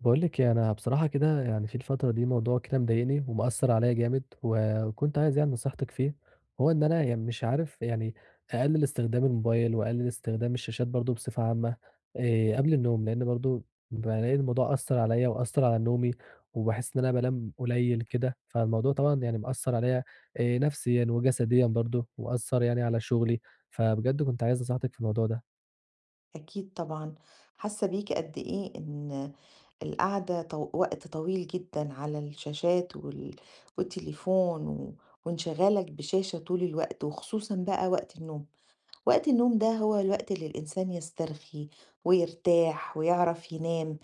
باقول لِك إيه، أنا بصراحة كده يعني في الفترة دي موضوع كده مضايقني ومأثّر عليّا جامد، وكنت عايز يعني نصيحتِك فيه، هو إن أنا يعني مش عارف يعني أقلِّل استخدام الموبايل وأقلِّل استخدام الشاشات برضه بصفة عامة قبل النوم، لإن برضه بالاقي الموضوع أثّر عليّا وأثّر على نومي، وباحس إن أنا بانام قليل كده، فالموضوع طبعًا يعني مأثّر عليّا نفسيًا وجسديًا برضه، وأثّر يعني على شغلي، فبجد كنت عايز نصيحتِك في الموضوع ده. أكيد طبعًا، حاسة بيكِ قد إيه إن القعدة وقت طويل جدًا على الشاشات والتليفون و وانشغالك بشاشة طول الوقت، وخصوصًا بقى وقت النوم. وقت النوم ده هو الوقت اللي الإنسان يسترخي ويرتاح ويعرف ينام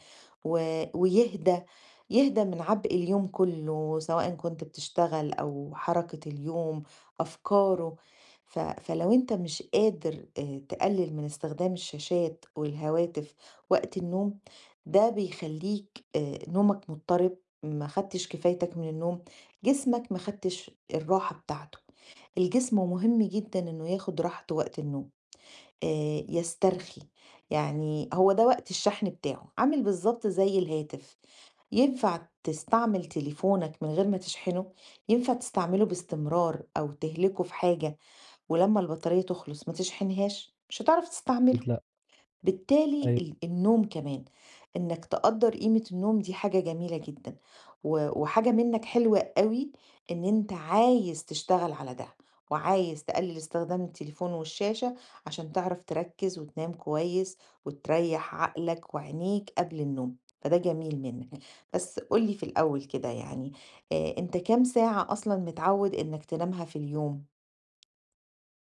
ويهدى من عبء اليوم كله، سواء كنت بتشتغل أو حركة اليوم أفكاره. ف... فلو أنت مش قادر تقلل من استخدام الشاشات والهواتف وقت النوم ده بيخليك نومك مضطرب، ما خدتش كفايتك من النوم، جسمك ما خدتش الراحة بتاعته. الجسم مهم جدا انه ياخد راحته وقت النوم، يسترخي. يعني هو ده وقت الشحن بتاعه، عامل بالضبط زي الهاتف. ينفع تستعمل تليفونك من غير ما تشحنه؟ ينفع تستعمله باستمرار أو تهلكه في حاجة؟ ولمّا البطارية تخلص ما تشحنهاش، مش هتعرف أكيد تستعمله. لأ. بالتالي أيوه. النوم كمان، انك تقدر قيمة النوم دي حاجة جميلة جدا، و- وحاجة منك حلوة قوي، ان انت عايز تشتغل على ده وعايز تقلل استخدام التليفون والشاشة عشان تعرف تركز وتنام كويس وتريح عقلك وعينيك قبل النوم، فده جميل منك. بس قولي في الأول كده يعني، انت كام ساعة أصلا متعود انك تنامها في اليوم؟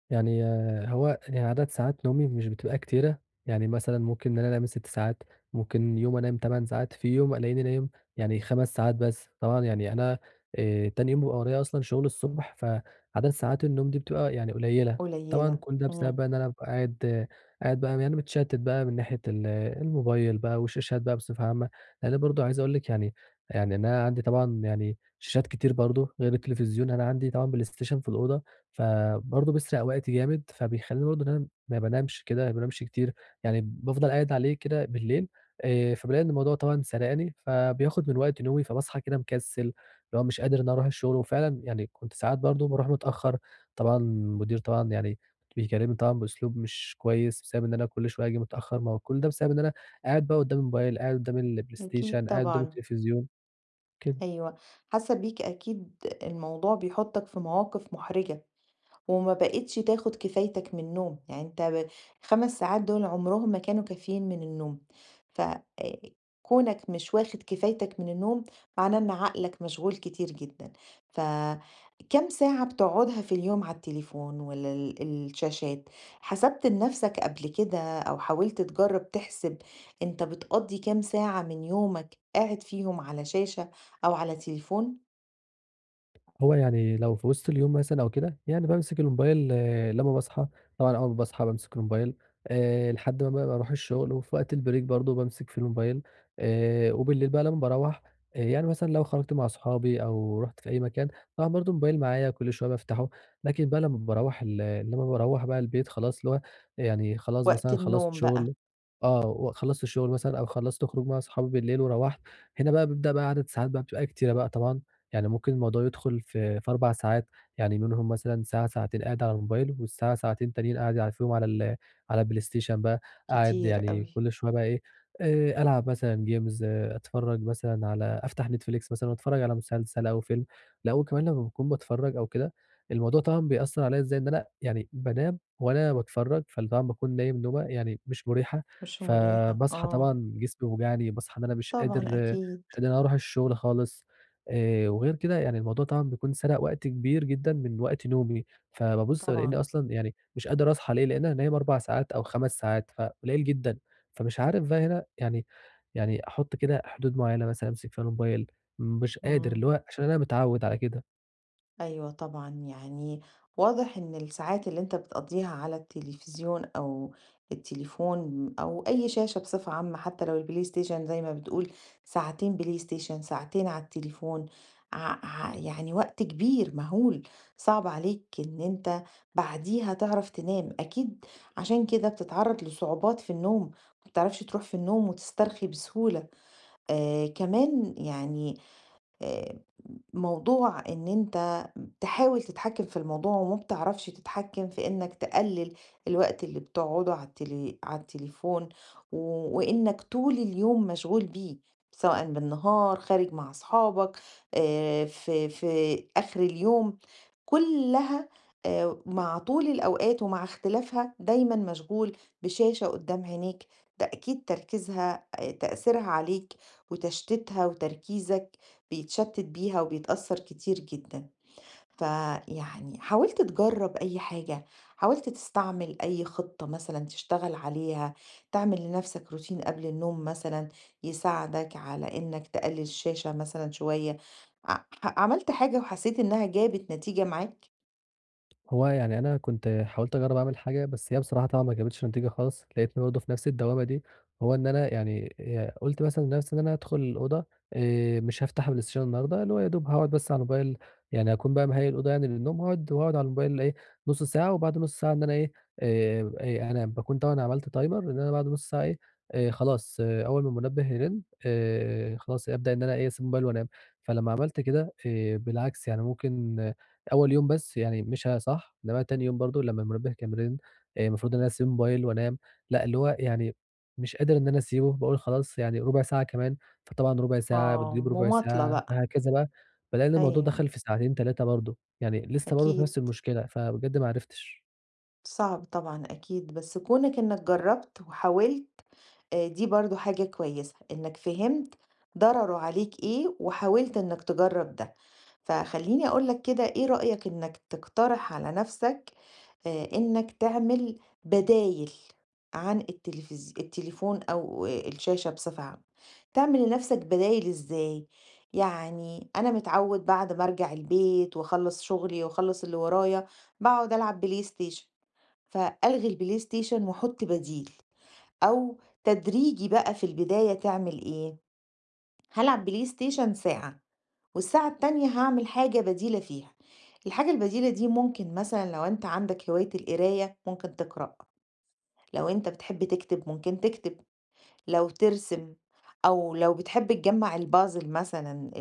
يعني هو يعني عدد ساعات نومي مش بتبقى كتيرة، يعني مثلًا ممكن إن أنا أنام 6 ساعات، ممكن يوم أنام 8 ساعات، في يوم ألاقيني نايم يعني 5 ساعات بس، طبعًا يعني أنا تاني يوم بيبقى ورايا أصلًا شغل الصبح، فعدد ساعات النوم دي بتبقى يعني قليلة، طبعًا قليلة. كل ده بسبب مم. بقى إن أنا بابقى قاعد قاعد بقى يعني متشتت بقى من ناحية الموبايل بقى والشاشات بقى بصفة عامة، لأن برضه عايز أقول لِك يعني إن أنا عندي طبعًا يعني شاشات كتير برضه غير التلفزيون، أنا عندي طبعًا بلاي ستيشن في الأوضة فبرضه بيسرق وقتي جامد، فبيخلّيني برضه إن أنا ما بانامش كده، ما بانامش كتير، يعني بافضل قاعد عليه كده بالليل، فبالاقي إن الموضوع طبعًا سرقني، فبياخد من وقت نومي، فباصحى كده مكسل، اللي هو مش قادر إن أنا أروح الشغل، وفعلًا يعني كنت ساعات برضه باروح متأخر، طبعًا المدير طبعًا يعني بيكلمني طبعًا بأسلوب مش كويس، بسبب إن أنا كل شوية آجي متأخر، ما هو كل ده بسبب إن أنا قاعد بقى قدّام الموبايل، قاعد قدّام أكيد الPlayStation، قاعد قدّام طبعا. التلفزيون، كده. أيوه، حاسة بيك أكيد الموضوع بيحطك في مواقف محرجة، وما بقيتش تاخد كفايتك من النوم، يعني انت 5 ساعات دول عمرهم ما كانوا كافيين من النوم. فكونك مش واخد كفايتك من النوم معناه ان عقلك مشغول كتير جدا. فكم ساعة بتقعدها في اليوم على التليفون ولا الشاشات؟ حسبت لنفسك قبل كده او حاولت تجرب تحسب انت بتقضي كام ساعة من يومك قاعد فيهم على شاشة او على تليفون؟ هو يعني لو في وسط اليوم مثلًا أو كده، يعني بامسك الموبايل لمّا باصحى، طبعًا أول ما باصحى بامسك الموبايل لحد ما بقى باروح الشغل، وفي وقت البريك برضه بامسك فيه الموبايل وبالليل بقى لمّا باروّح يعني مثلًا لو خرجت مع صحابي أو رُحت في أي مكان، طبعًا برضه الموبايل معايا كل شوية بافتحه، لكن بقى لمّا باروّح بقى البيت خلاص اللي هو يعني خلاص وقت مثلًا خلصت النوم بقى. شغل وخلصت الشغل مثلًا أو خلصت خروج مع صحابي بالليل وروّحت، هنا بقى بيبدأ بقى عدد ساعات بقى بتبقى كتيرة بقى طبعًا. يعني ممكن الموضوع يدخل في 4 ساعات، يعني منهم مثلًا ساعة، ساعتين قاعد على الموبايل، والساعة، ساعتين تانيين قاعد فيهم على الPlayStation بقى، قاعد كتير يعني قوي. كل شوية بقى إيه، ألعب مثلًا games أتفرّج مثلًا أفتح Netflix مثلًا وأتفرّج على مسلسل أو فيلم، لأ وكمان لمّا باكون باتفرّج أو كده، الموضوع طبعًا بيأثّر عليّا إزاي، إن أنا يعني بانام وأنا باتفرّج، فطبعًا باكون نايم نومة يعني مش مريحة، مش مريحة. فباصحى آه. طبعًا جسمي واجعني، باصحى إن أنا مش طبعًا قادر أكيد. مش قادر أروح الشغل خالص. وغير كده يعني الموضوع طبعًا بيكون سَرَق وقت كبير جدًا من وقت نومي، فبابُص ألاقيني طبعًا. أصلًا يعني مش قادر أصحى ليه، لإن أنا نايم 4 ساعات أو 5 ساعات، فقليل جدًا. فمش عارف بقى هنا يعني أحُط كده حدود معيّنة مثلًا أمسك فيها الموبايل، مش قادر، إمم، اللي هو عشان أنا متعوّد على كده. أيوه طبعًا، يعني واضح إن الساعات اللي أنت بتقضّيها على التلفزيون أو التليفون أو أي شاشة بصفة عامة، حتى لو البلاي ستيشن زي ما بتقول، ساعتين بلاي ستيشن، ساعتين على التليفون، ع ع يعني وقت كبير مهول، صعب عليك إن أنت بعديها تعرف تنام، أكيد. عشان كده بتتعرّض لصعوبات في النوم، ما بتعرفش تروح في النوم وتسترخي بسهولة. كمان يعني آآ موضوع إن أنت تحاول تتحكّم في الموضوع وما بتعرفش تتحكّم في إنّك تقلِّل الوقت اللي بتقعده على التليفون، و وإنّك طول اليوم مشغول بيه، سواءً بالنهار، خارج مع أصحابك، في آخر اليوم، كلها مع طول الأوقات ومع اختلافها دايمًا مشغول بشاشة قدّام عينيك. تأكيد تركيزها تأثيرها عليك وتشتيتها، وتركيزك بيتشتت بيها وبيتأثّر كتير جدًا. فيعني حاولت تجرّب أي حاجة، حاولت تستعمل أي خطة مثلًا تشتغل عليها، تعمل لنَفْسك روتين قبل النوم مثلًا يساعدك على إنك تقلل الشاشة مثلًا شوية، ع ح عملت حاجة وحسيت إنها جابت نتيجة معاك؟ هو يعني أنا كنت حاولت أجرّب أعمل حاجة، بس هي بصراحة طبعًا ما جابتش نتيجة خالص، لقيتني برضه في نفس الدوّامة دي، هو إن أنا يعني قُلت مثلًا لنفسي إن أنا هادخل الأوضة مش هافتح PlayStation النهارده، اللي هو يا دوب هاقعد بس على الموبايل، يعني هاكون بقى مهيّأ الأوضة يعني للنوم، هاقعد وهاقعد على الموبايل إيه، نُص ساعة وبعد نُص ساعة إن أنا إيه، أنا باكون طبعًا عملت timer إن أنا بعد نُص ساعة إيه، خلاص إيه أول ما المنبه يرن خلاص أبدأ إن أنا إيه، أسيب الموبايل وأنام، فلمّا عملت كده بالعكس يعني ممكن أول يوم بس يعني مشى صح، إنما تاني يوم برضه لمّا المنبه كان بيرن المفروض إن أنا أسيب الموبايل وأنام، لأ اللي هو يعني مش قادر إن أنا أسيبه، باقول خلاص يعني ربع ساعة كمان، فطبعًا ربع ساعة آه، بتجيب ربع مماطلة ساعة، بقى. فهكذا بقى، بالاقي إن الموضوع أيوه، دخل في ساعتين 3 برضه، يعني لسه برضه في أكيد. نفس المشكلة، فبجد ما عرفتش. صعب طبعًا أكيد، بس كونك إنك جرّبت وحاولت، دي برضه حاجة كويسة، إنك فهمت ضرره عليك إيه وحاولت إنك تجرّب ده. فخلّيني أقول لك كده، إيه رأيك إنك تقترح على نَفْسك إنك تعمل بدايل عن التليفون أو الشاشة بصفة عامة. تعمل لنَفْسك بدايل إزاي؟ يعني أنا متعوّد بعد ما أرجع البيت وأخلّص شغلي وأخلّص اللي ورايا، باقعد ألعب بلاي ستيشن، فألغي البلاي ستيشن وأحُط بديل. أو تدريجي بقى في البداية تعمل إيه؟ هالعب بلاي ستيشن ساعة، والساعة التانية هعمل حاجة بديلة فيها. الحاجة البديلة دي ممكن مثلا لو أنت عندك هواية القراية ممكن تقرأ، لو أنت بتحب تكتب ممكن تكتب، لو ترسم، أو لو بتحب تجمع البازل مثلا،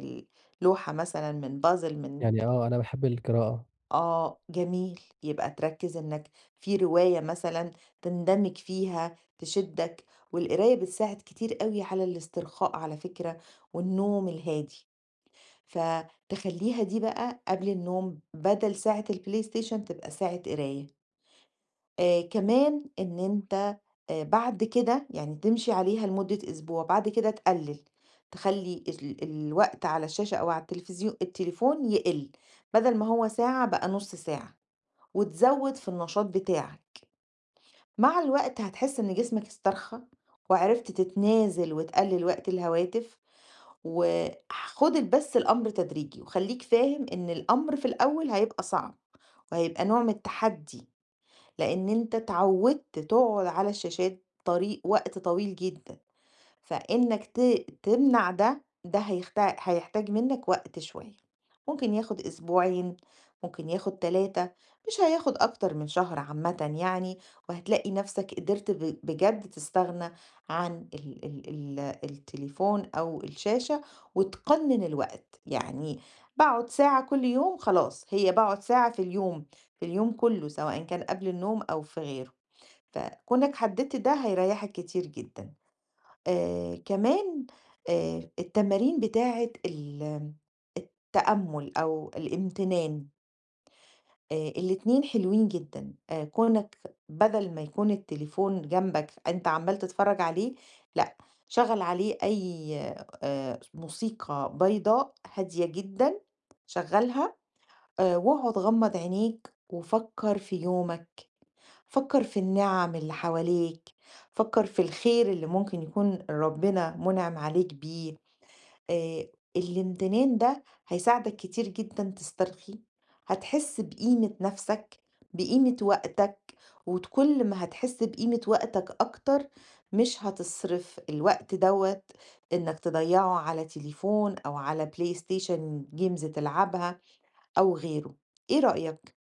اللوحة مثلا من بازل من... يعني أنا باحب القراءة. آه، جميل، يبقى تركّز إنك في رواية مثلًا تندمج فيها، تشدّك، والقراية بتساعد كتير أوي على الاسترخاء على فكرة، والنوم الهادي، فتخلّيها دي بقى قبل النوم بدل ساعة الPlayStation تبقى ساعة قراية. كمان إن أنت بعد كده يعني تمشي عليها لمدة أسبوع، بعد كده تقلل، تخلّي الوقت على الشاشة أو على التليفون يقل، بدل ما هو ساعة بقى نُص ساعة. وتزوّد في النشاط بتاعك، مع الوقت هتحس إن جسمك استرخى، وعرفت تتنازل وتقلل وقت الهواتف، وخُد بس الأمر تدريجي، وخلّيك فاهم إن الأمر في الأول هيبقى صعب، وهيبقى نوع من التحدي، لإن أنت اتعودت تقعد على الشاشات طريق وقت طويل جدًا. فإنك تمنع ده، ده هيحتاج منك وقت شوية، ممكن ياخد أسبوعين، ممكن ياخد 3، مش هياخد أكتر من شهر عامةً يعني، وهتلاقي نفسك قدرت بجد تستغنى عن ال ال ال التليفون أو الشاشة، وتقنن الوقت، يعني باقعد ساعة كل يوم خلاص، هي باقعد ساعة في اليوم، في اليوم كله سواء كان قبل النوم أو في غيره، فكونك حددت ده هيريحك كتير جدًا. كمان التمارين بتاعة التأمُّل أو الإمتنان، الاتنين حلوين جدًا، كونك بدل ما يكون التليفون جنبك أنت عمّال تتفرّج عليه، لأ، شغّل عليه أي موسيقى بيضاء هادية جدًا، شغّلها، واقعد غمّض عينيك وفكّر في يومك، فكّر في النِّعَم اللي حواليك، فكّر في الخير اللي ممكن يكون ربنا مُنعِم عليك بيه. آآ الامتنان ده هيساعدك كتير جدًا تسترخي، هتحس بقيمة نَفْسك، بقيمة وقتك، كل ما هتحس بقيمة وقتك أكتر، مش هتصرف الوقت دوّة إنك تضيّعه على تليفون أو على PlayStation games تلعبها أو غيره، إيه رأيك؟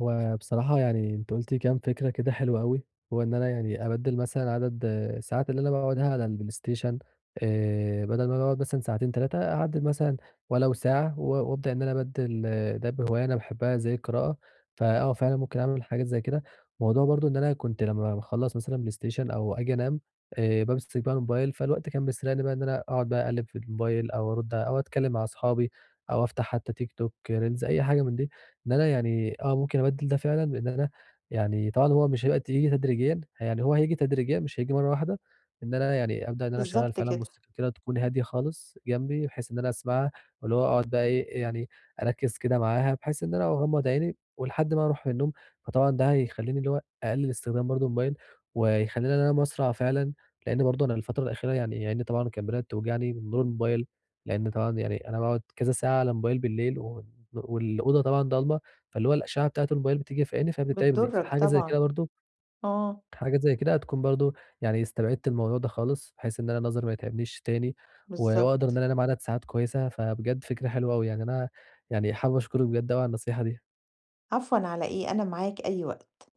هو بصراحة يعني أنتِ قُلتِ كام فكرة كده حلوة أوي، هو إن أنا يعني أبدِّل مثلًا عدد الساعات اللي أنا باقعدها على البلايستيشن بدل ما أنا باقعد مثلًا ساعتين 3 أعدِّل مثلًا ولو ساعة وأبدأ إن أنا أبدِّل ده بهواية أنا باحبها زي القراءة، فآه فعلًا ممكن أعمل حاجات زي كده. موضوع برضه إن أنا كنت لمّا باخلّص مثلًا بلايستيشن أو آجي أنام بامسك بقى الموبايل، فالوقت كان بيسرقني بقى إن أنا أقعد بقى أقلِّب في الموبايل أو أرُد أو أتكلّم مع أصحابي أو أفتح حتى تيك توك، ريلز، أي حاجة من دي. إن أنا يعني ممكن أبدِّل ده فعلًا بإن أنا يعني طبعًا هو مش هيبقى ييجي تدريجيًا، يعني هو هييجي تدريجيًا مش هييجي مرّة واحدة، إن أنا يعني أبدأ إن أنا أشغّل بالضبط فعلًا كده. موسيقى كده تكون هادية خالص جنبي، بحيث إن أنا أسمعها واللي هو أقعد بقى إيه، يعني أركِّز كده معاها بحيث إن أنا أغمّض عيني ولحد ما أروح من النوم، فطبعًا ده هيخلّيني اللي هو أقلِّل استخدام برضه الموبايل ويخلّيني إن أنا باسرع فعلًا، لإن برضه أنا الفترة الأخيرة يعني عيني طبعًا كانت بدأت توجعني من نور الموبايل، لإن طبعًا يعني أنا باقعد كذا ساعة على الموبايل بالليل والأوضة طبعًا ضلمة. فاللي هو الأشعة بتاعة الموبايل بتيجي في عيني فبتتعبني، بتضرك فحاجة زي كده طبعًا، برضه آه، حاجة زي كده هتكون برضه يعني استبعدت الموضوع ده خالص، بحيث إن أنا نظري ما يتعبنيش تاني، وأقدر إن بالضبط. أنا أنام عدد ساعات كويسة، فبجد فكرة حلوة أوي، يعني أنا يعني حابب أشكرِك بجد أوي على النصيحة دي. عفوًا على إيه، أنا معاك أي وقت.